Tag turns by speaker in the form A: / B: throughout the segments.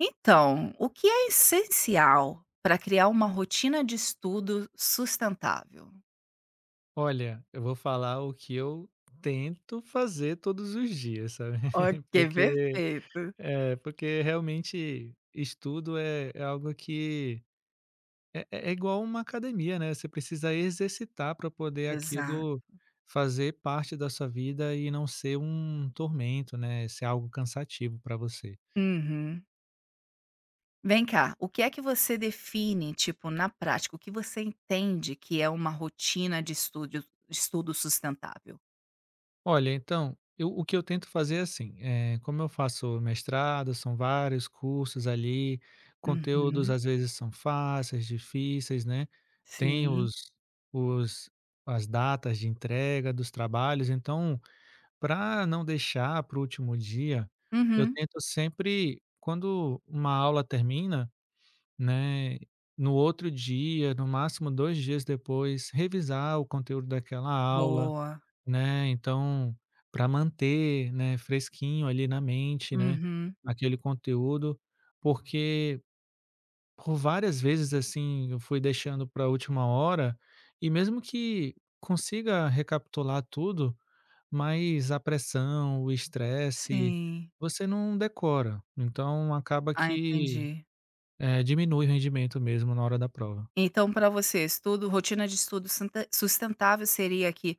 A: Então, o que é essencial para criar uma rotina de estudo sustentável?
B: Olha, eu vou falar o que eu tento fazer todos os dias, sabe?
A: Ok,
B: Porque,
A: perfeito.
B: é porque realmente estudo é algo que é igual uma academia, né? Você precisa exercitar para poder
A: Exato.
B: aquilo fazer parte da sua vida e não ser um tormento, né? Ser algo cansativo para você.
A: Uhum. Vem cá, o que é que você define, tipo, na prática? O que você entende que é uma rotina de estudo, sustentável?
B: Olha, então, eu o que eu tento fazer é assim, como eu faço mestrado, são vários cursos ali, conteúdos
A: Uhum.
B: às vezes são fáceis, difíceis, né, tem
A: Sim.
B: os as datas de entrega dos trabalhos, então, para não deixar para o último dia, eu
A: Uhum.
B: tento sempre quando uma aula termina, né, no outro dia, no máximo 2 dias depois, revisar o conteúdo daquela aula,
A: Boa.
B: né, então, para manter, né, fresquinho ali na mente, né,
A: Uhum.
B: aquele conteúdo, porque por várias vezes, assim, eu fui deixando para a última hora, e mesmo que consiga recapitular tudo, mas a pressão, o estresse,
A: Sim.
B: você não decora, então acaba
A: Ah,
B: que,
A: entendi.
B: diminui o rendimento mesmo na hora da prova.
A: Então, para você, estudo rotina de estudo senta sustentável seria que,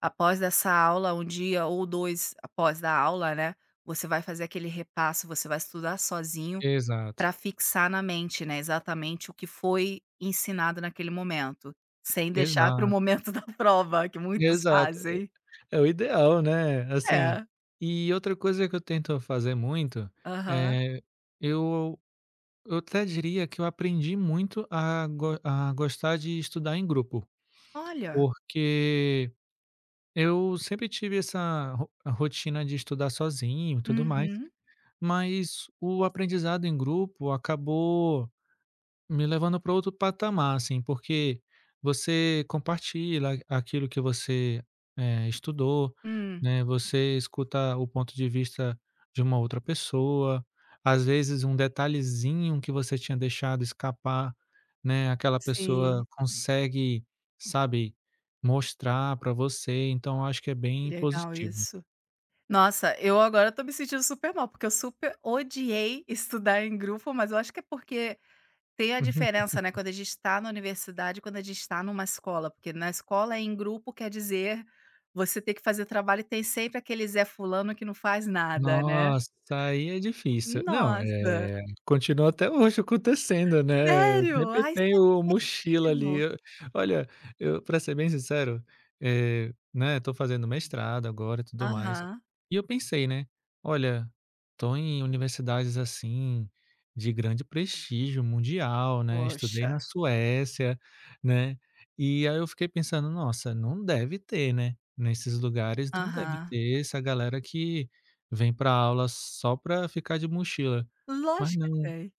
A: após essa aula, um dia ou 2 após a aula, né, você vai fazer aquele repasso, você vai estudar sozinho
B: Exato,
A: para fixar na mente, né, exatamente o que foi ensinado naquele momento, sem deixar para o
B: exato,
A: momento da prova, que muitos
B: exato.
A: fazem.
B: É o ideal, né, assim,
A: É,
B: e outra coisa que eu tento fazer muito,
A: aham.
B: eh, eu eu até diria que eu aprendi muito a gostar de estudar em grupo,
A: Olha.
B: porque eu sempre tive essa ro a rotina de estudar sozinho e tudo mais,
A: Uhum.
B: mas o aprendizado em grupo acabou me levando para outro patamar, assim, porque você compartilha aquilo que você, estudou,
A: Hum.
B: né, você escuta o ponto de vista de uma outra pessoa, às vezes um detalhezinho que você tinha deixado escapar, né, aquela
A: Sim,
B: pessoa consegue, sabe, mostrar para você, então eu acho que é bem
A: legal
B: positivo.
A: isso. Nossa, eu agora tô me sentindo super mal, porque eu super odiei estudar em grupo, mas eu acho que é porque tem a diferença, né, quando a gente tá na universidade e quando a gente tá numa escola, porque na escola é em grupo, quer dizer, você tem que fazer trabalho e tem sempre aquele Zé fulano que não faz nada, né.
B: Nossa, aí é difícil. Não,
A: Nossa,
B: é, continua até hoje acontecendo, né,
A: sério?
B: sempre
A: Ai,
B: tem o mochila ali.
A: sério?
B: Eu olha, eu para ser bem sincero, né, tô fazendo mestrado agora e tudo mais,
A: Aham.
B: e eu pensei, né, olha, tô em universidades, assim, de grande prestígio mundial, né, estudei
A: Poxa.
B: na Suécia, né, e aí eu fiquei pensando: "Nossa, não deve ter, né, nesses lugares não deve
A: Aham.
B: ter essa galera que". Vem pra aula só pra ficar de mochila. Mas
A: Lógico que
B: não,
A: tem.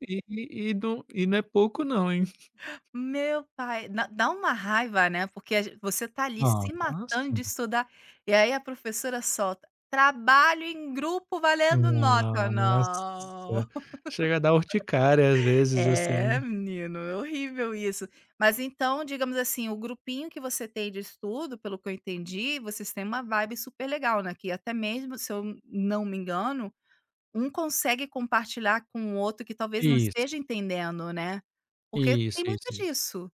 B: e não é pouco não, hein.
A: Meu pai, dá uma raiva, né, porque a gen você tá ali se matando
B: Nossa.
A: de estudar, e aí a professora solta: "Trabalho em grupo valendo nota". Não.
B: Nossa, chega a dar urticária às vezes, assim.
A: É, menino, é horrível isso. Mas então, digamos assim, o grupinho que você tem de estudo, pelo que eu entendi, vocês têm uma vibe super legal, né, que até mesmo, se eu não me engano, um consegue compartilhar com o outro que talvez não
B: Isso,
A: esteja entendendo, né, porque
B: isso,
A: tem muito
B: isso, isso.
A: disso.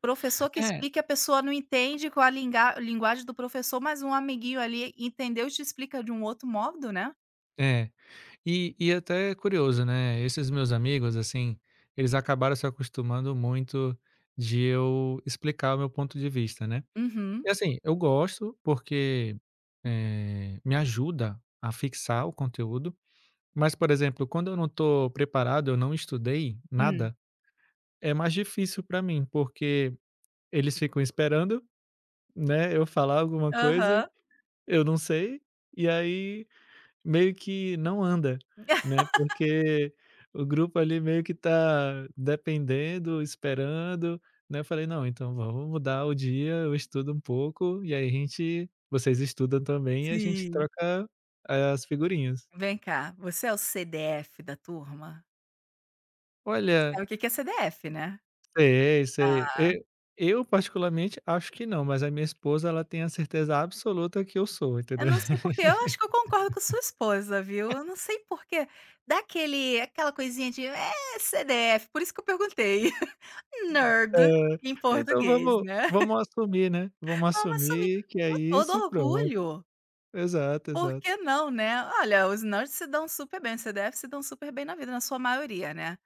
A: Professor que
B: É,
A: explica e a pessoa não entende com a linga linguagem do professor, mas um amiguinho ali entendeu e te explica de um outro modo, né.
B: é. E até é curioso, né, esses meus amigos, assim, eles acabaram se acostumando muito de eu explicar o meu ponto de vista, né.
A: Uhum.
B: E assim, eu gosto porque, me ajuda a fixar o conteúdo. Mas, por exemplo, quando eu não estou preparado, eu não estudei
A: Hum.
B: nada, é mais difícil para mim, porque eles ficam esperando, né, eu falar alguma coisa,
A: Aham.
B: eu não sei, e aí meio que não anda, né, porque o grupo ali meio que tá dependendo, esperando, né, eu falei: "Não, então vamos mudar o dia, eu estudo um pouco, e aí a gente vocês estudam também e a gente
A: Sim.
B: troca as figurinhas".
A: Vem cá, você é o CDF da turma? Você
B: Olha.
A: sabe o que que é CDF, né?
B: Sei, sei.
A: Ah,
B: E eu particularmente acho que não, mas a minha esposa, ela tem a certeza absoluta que eu sou,
A: eu
B: entendeu.
A: não sei porque eu acho que eu concordo com sua esposa, viu. Eu não sei porque dá aquele aquela coisinha de: "É, CDF", por isso que eu perguntei.
B: É,
A: Nerd, em
B: então
A: português,
B: vamos
A: né.
B: vamos assumir, né, vamos
A: Vamos assumir
B: assumir que é
A: com todo
B: isso e pronto.
A: orgulho.
B: Exato,
A: Por
B: exato.
A: que não, né? Olha, os nerds se dão super bem, os CDF se dão super bem na vida, na sua maioria, né.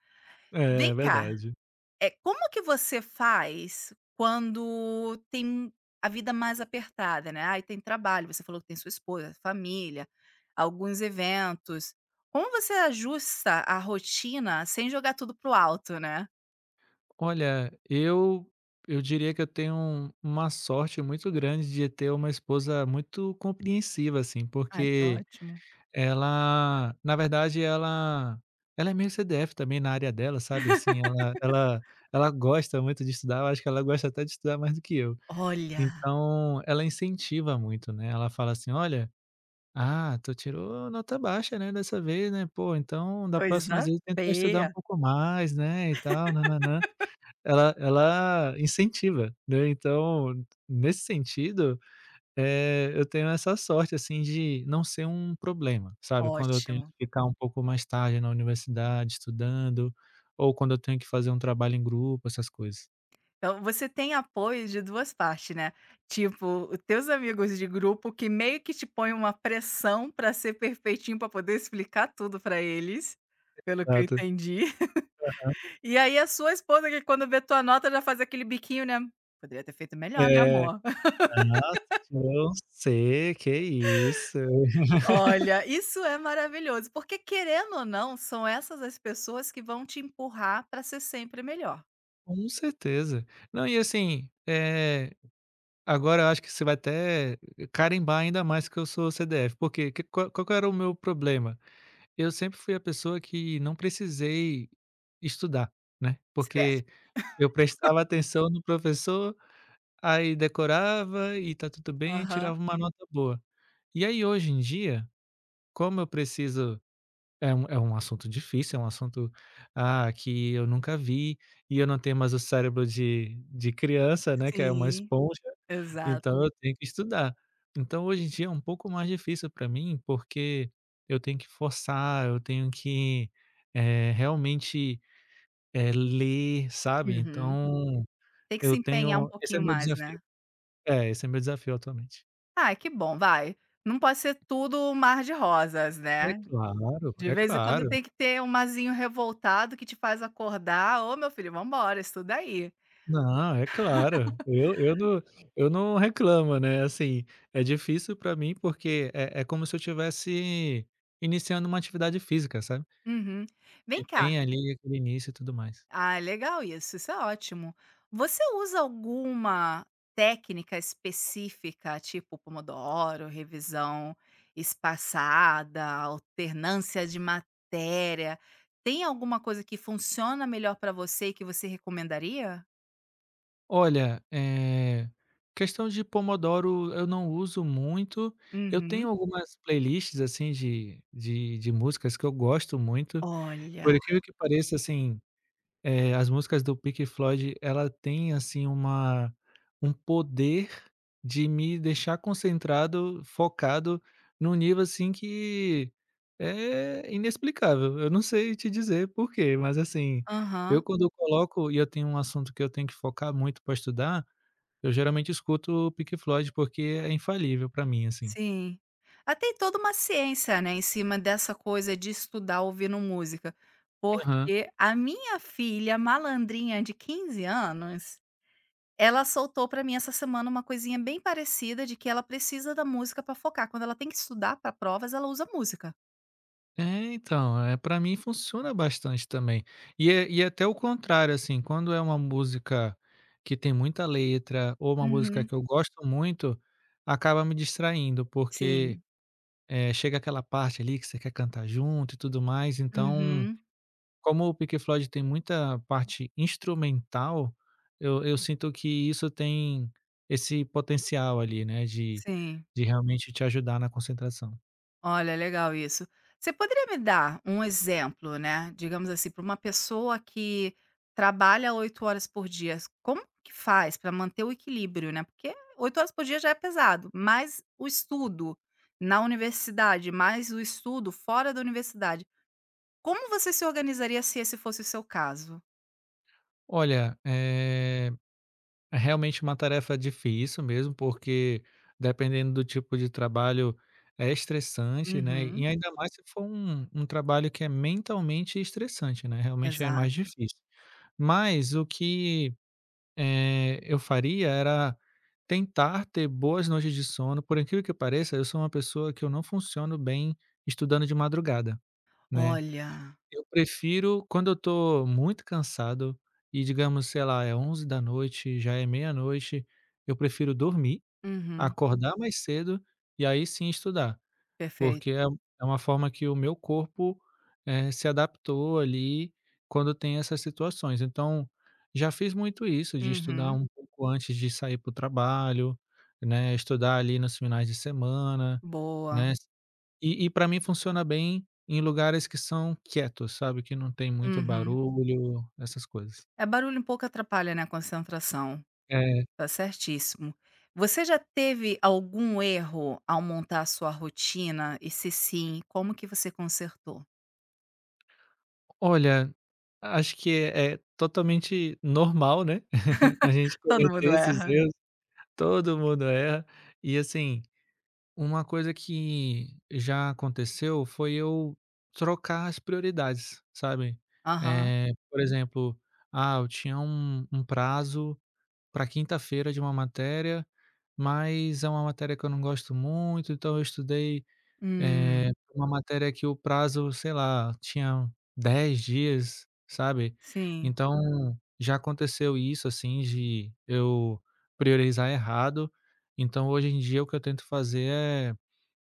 B: É,
A: Vem cá,
B: verdade.
A: é como que você faz quando tem a vida mais apertada, né, ai, tem trabalho, você falou que tem sua esposa, família, alguns eventos. Como você ajusta a rotina sem jogar tudo pro alto, né?
B: Olha, eu diria que eu tenho uma sorte muito grande de ter uma esposa muito compreensiva, assim,
A: Ai, que
B: porque
A: ótimo.
B: ela, na verdade, ela é meio CDF também na área dela, sabe, assim, ela gosta muito de estudar, eu acho que ela gosta até de estudar mais do que eu.
A: Olha,
B: Então, ela incentiva muito, né, ela fala assim: "Olha, ah, tu tirou nota baixa, né, dessa vez, né, pô, então da próxima
A: coisa
B: vez tenta estudar um
A: feia.
B: pouco mais, né, e tal, nã-nã-nã". Ela incentiva, né, então nesse sentido eu tenho essa sorte, assim, de não ser um problema, sabe. Quando eu tenho que
A: Ótimo.
B: ficar um pouco mais tarde na universidade estudando, ou quando eu tenho que fazer um trabalho em grupo, essas coisas.
A: Então, você tem apoio de 2 partes, né, tipo, os teus amigos de grupo que meio que te põem uma pressão pra ser perfeitinho, pra poder explicar tudo pra eles, pelo que eu
B: Exato.
A: entendi. E aí a sua esposa que quando vê tua nota já faz aquele biquinho, né, "Poderia ter feito melhor, né,
B: É.
A: amor?".
B: Nossa, eu sei, que é isso.
A: Olha, isso é maravilhoso, porque querendo ou não, são essas as pessoas que vão te empurrar para ser sempre melhor.
B: Com certeza. Não, e assim, agora eu acho que você vai até carimbar ainda mais que eu sou CDF, porque que qual qual que era o meu problema? Eu sempre fui a pessoa que não precisei estudar, né,
A: Se der.
B: porque eu prestava atenção no professor, aí decorava e tá tudo bem, e
A: Aham.
B: tirava uma nota boa. E aí hoje em dia, como eu preciso, é um assunto difícil, é um assunto, ah, que eu nunca vi, e eu não tenho mais o cérebro de criança, né, que é uma
A: Sim,
B: esponja,
A: exato.
B: então eu tenho que estudar. Então hoje em dia é um pouco mais difícil para mim, porque eu tenho que forçar, eu tenho que, realmente, ler, sabe.
A: Uhum.
B: Então
A: Tem que se
B: eu
A: empenhar um
B: tenho esse é
A: pouquinho
B: meu
A: mais,
B: desafio.
A: né.
B: É, esse é meu desafio atualmente.
A: Ah, que bom, vai. Não pode ser tudo um mar de rosas,
B: É
A: né.
B: claro,
A: De
B: é
A: vez em quando
B: claro.
A: tem que ter um marzinho revoltado que te faz acordar: "Ô, meu filho, vamos embora, estuda aí".
B: Não, é claro. Eu não reclamo, né, assim, é difícil pra mim porque é como se eu tivesse iniciando uma atividade física, sabe,
A: Uhum. Vem
B: que
A: cá,
B: tem ali aquele início e tudo mais.
A: ah, legal isso, isso é ótimo. Você usa alguma técnica específica, tipo pomodoro, revisão espaçada, alternância de matéria? Tem alguma coisa que funciona melhor para você e que você recomendaria?
B: Olha, questão de Pomodoro eu não uso muito, eu
A: Uhum.
B: tenho algumas playlists, assim, de músicas que eu gosto muito,
A: Olha.
B: por incrível que pareça, assim. As músicas do Pink Floyd, ela tem, assim, uma um poder de me deixar concentrado, focado num nível, assim, que é inexplicável. Eu não sei te dizer por quê, mas, assim,
A: Aham,
B: eu quando eu coloco e eu tenho um assunto que eu tenho que focar muito para estudar, eu geralmente escuto o Pink Floyd, porque é infalível para mim, assim.
A: sim. Ah, tem toda uma ciência, né, em cima dessa coisa de estudar ouvindo música,
B: Aham.
A: porque a minha filha malandrinha de 15 anos, ela soltou pra mim essa semana uma coisinha bem parecida de que ela precisa da música pra focar, quando ela tem que estudar pra provas, ela usa música.
B: É, então, é para mim funciona bastante também. E é até o contrário, assim, quando é uma música que tem muita letra ou uma música
A: Uhum,
B: que eu gosto muito, acaba me distraindo, porque,
A: sim,
B: chega aquela parte ali que você quer cantar junto e tudo mais, então,
A: uhum,
B: como o Pink Floyd tem muita parte instrumental, eu sinto que isso tem esse potencial ali, né, de
A: sim.
B: de realmente te ajudar na concentração.
A: Olha, legal isso. Você poderia me dar um exemplo, né, digamos assim, para uma pessoa que trabalha 8 horas por dia, como que faz para manter o equilíbrio, né, porque 8 horas por dia já é pesado, mais o estudo na universidade, mais o estudo fora da universidade. Como você se organizaria se esse fosse o seu caso?
B: Olha, é realmente uma tarefa difícil mesmo, porque dependendo do tipo de trabalho é estressante, né, e
A: Uhum,
B: Ainda mais se for um trabalho que é mentalmente estressante, né, realmente é mais
A: exato.
B: difícil. Mas o que, eu faria era tentar ter boas noites de sono, por incrível que pareça, eu sou uma pessoa que eu não funciono bem estudando de madrugada, né.
A: Olha,
B: Eu prefiro quando eu tô muito cansado e digamos, sei lá, é onze da noite, já é meia-noite, eu prefiro dormir,
A: uhum,
B: acordar mais cedo e aí sim estudar, porque
A: perfeito.
B: é uma forma que o meu corpo, se adaptou ali quando tem essas situações. Então, já fiz muito isso de estudar
A: Uhum,
B: um pouco antes de sair para o trabalho, né, estudar ali nos finais de semana,
A: boa.
B: né. E pra mim funciona bem em lugares que são quietos, sabe, que não tem muito
A: Uhum.
B: barulho, essas coisas.
A: É, barulho um pouco atrapalha, né, a concentração.
B: É.
A: Tá certíssimo. Você já teve algum erro ao montar a sua rotina? E se sim, como que você consertou?
B: Olha, acho que é totalmente normal, né, a gente
A: Todo
B: cometer
A: mundo
B: esses
A: erra.
B: erros, todo mundo erra. E assim, uma coisa que já aconteceu foi eu trocar as prioridades, sabe.
A: Aham.
B: Por exemplo, eu tinha um prazo para quinta-feira de uma matéria, mas é uma matéria que eu não gosto muito, então eu estudei,
A: Hum,
B: eh, uma matéria que o prazo, sei lá, tinha 10 dias, sabe.
A: sim,
B: Então, já aconteceu isso, assim, de eu priorizar errado, então hoje em dia o que eu tento fazer é,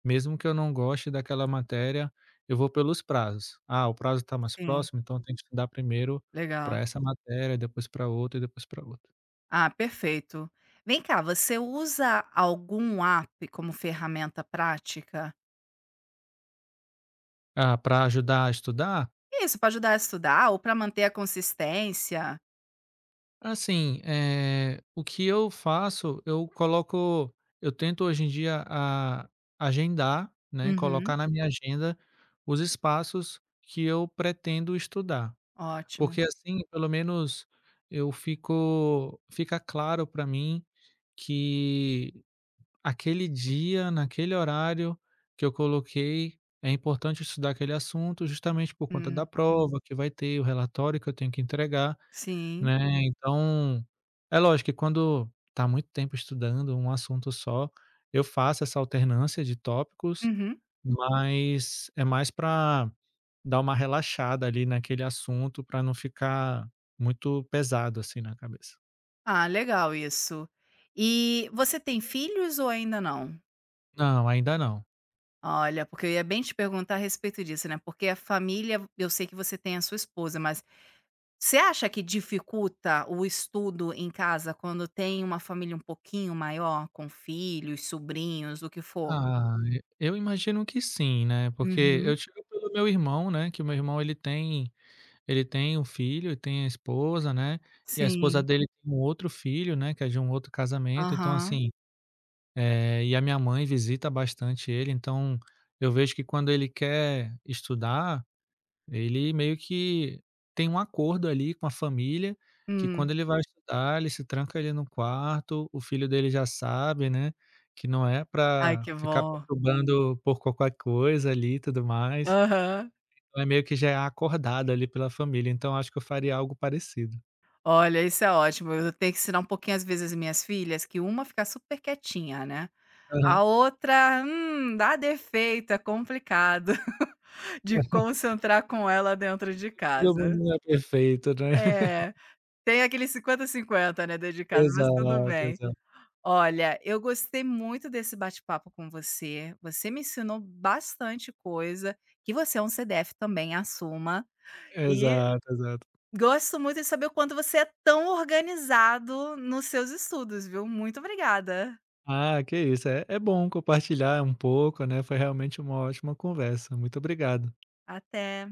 B: mesmo que eu não goste daquela matéria, eu vou pelos prazos. Ah, o prazo está mais
A: sim,
B: próximo, então eu tenho que estudar primeiro para
A: legal.
B: essa matéria, depois para outra e depois para outra.
A: Ah, perfeito. Vem cá, você usa algum app como ferramenta prática?
B: Ah, pra ajudar a estudar?
A: Isso, para ajudar a estudar ou para manter a consistência?
B: Assim, o que eu faço, eu tento hoje em dia a agendar, né,
A: Uhum,
B: colocar na minha agenda os espaços que eu pretendo estudar.
A: ótimo.
B: Porque assim, pelo menos eu fico fica claro para mim que aquele dia, naquele horário que eu coloquei, é importante estudar aquele assunto justamente por conta
A: Hum,
B: da prova que vai ter, o relatório que eu tenho que entregar.
A: sim.
B: Né, então, é lógico que quando tá muito tempo estudando um assunto só, eu faço essa alternância de tópicos,
A: Uhum.
B: mas é mais pra dar uma relaxada ali naquele assunto pra não ficar muito pesado, assim, na cabeça.
A: Ah, legal isso. E você tem filhos ou ainda não?
B: Não, ainda não.
A: Olha, porque eu ia bem te perguntar a respeito disso, né? Porque a família, eu sei que você tem a sua esposa, mas você acha que dificulta o estudo em casa quando tem uma família um pouquinho maior, com filhos, sobrinhos, o que for?
B: Ah, e eu imagino que sim, né, porque
A: Uhum.
B: eu tive pelo meu irmão, né, que o meu irmão ele tem um filho e tem a esposa, né, e a esposa
A: Sim.
B: dele tem um outro filho, né, que é de um outro casamento, então
A: Aham.
B: assim. E a minha mãe visita bastante ele, então eu vejo que quando ele quer estudar, ele meio que tem um acordo ali com a família, que quando
A: Hum.
B: ele vai estudar, ele se tranca ali no quarto, o filho dele já sabe, né, que não é
A: Ai,
B: para
A: que
B: ficar
A: bom.
B: perturbando por qualquer coisa ali e tudo mais.
A: Aham.
B: Então é meio que já é acordado ali pela família, então acho que eu faria algo parecido.
A: Olha, isso é ótimo. Eu tenho que ensinar um pouquinho, às vezes, as minhas filhas que uma fica super quietinha, né?
B: Aham.
A: A outra, dá defeito, é complicado de concentrar com ela dentro de
B: Todo mundo
A: casa.
B: não é perfeito, né.
A: É, tem aquele 50 cinquenta, né, dentro de casa, mas tudo
B: Exato,
A: bem.
B: exato.
A: Olha, eu gostei muito desse bate-papo com você, você me ensinou bastante coisa, que você é um CDF também, assuma, e
B: Exato, exato.
A: gosto muito de saber o quanto você é tão organizado nos seus estudos, viu. Muito obrigada.
B: Ah, que isso. É bom compartilhar um pouco, né, foi realmente uma ótima conversa. Muito obrigado.
A: Até.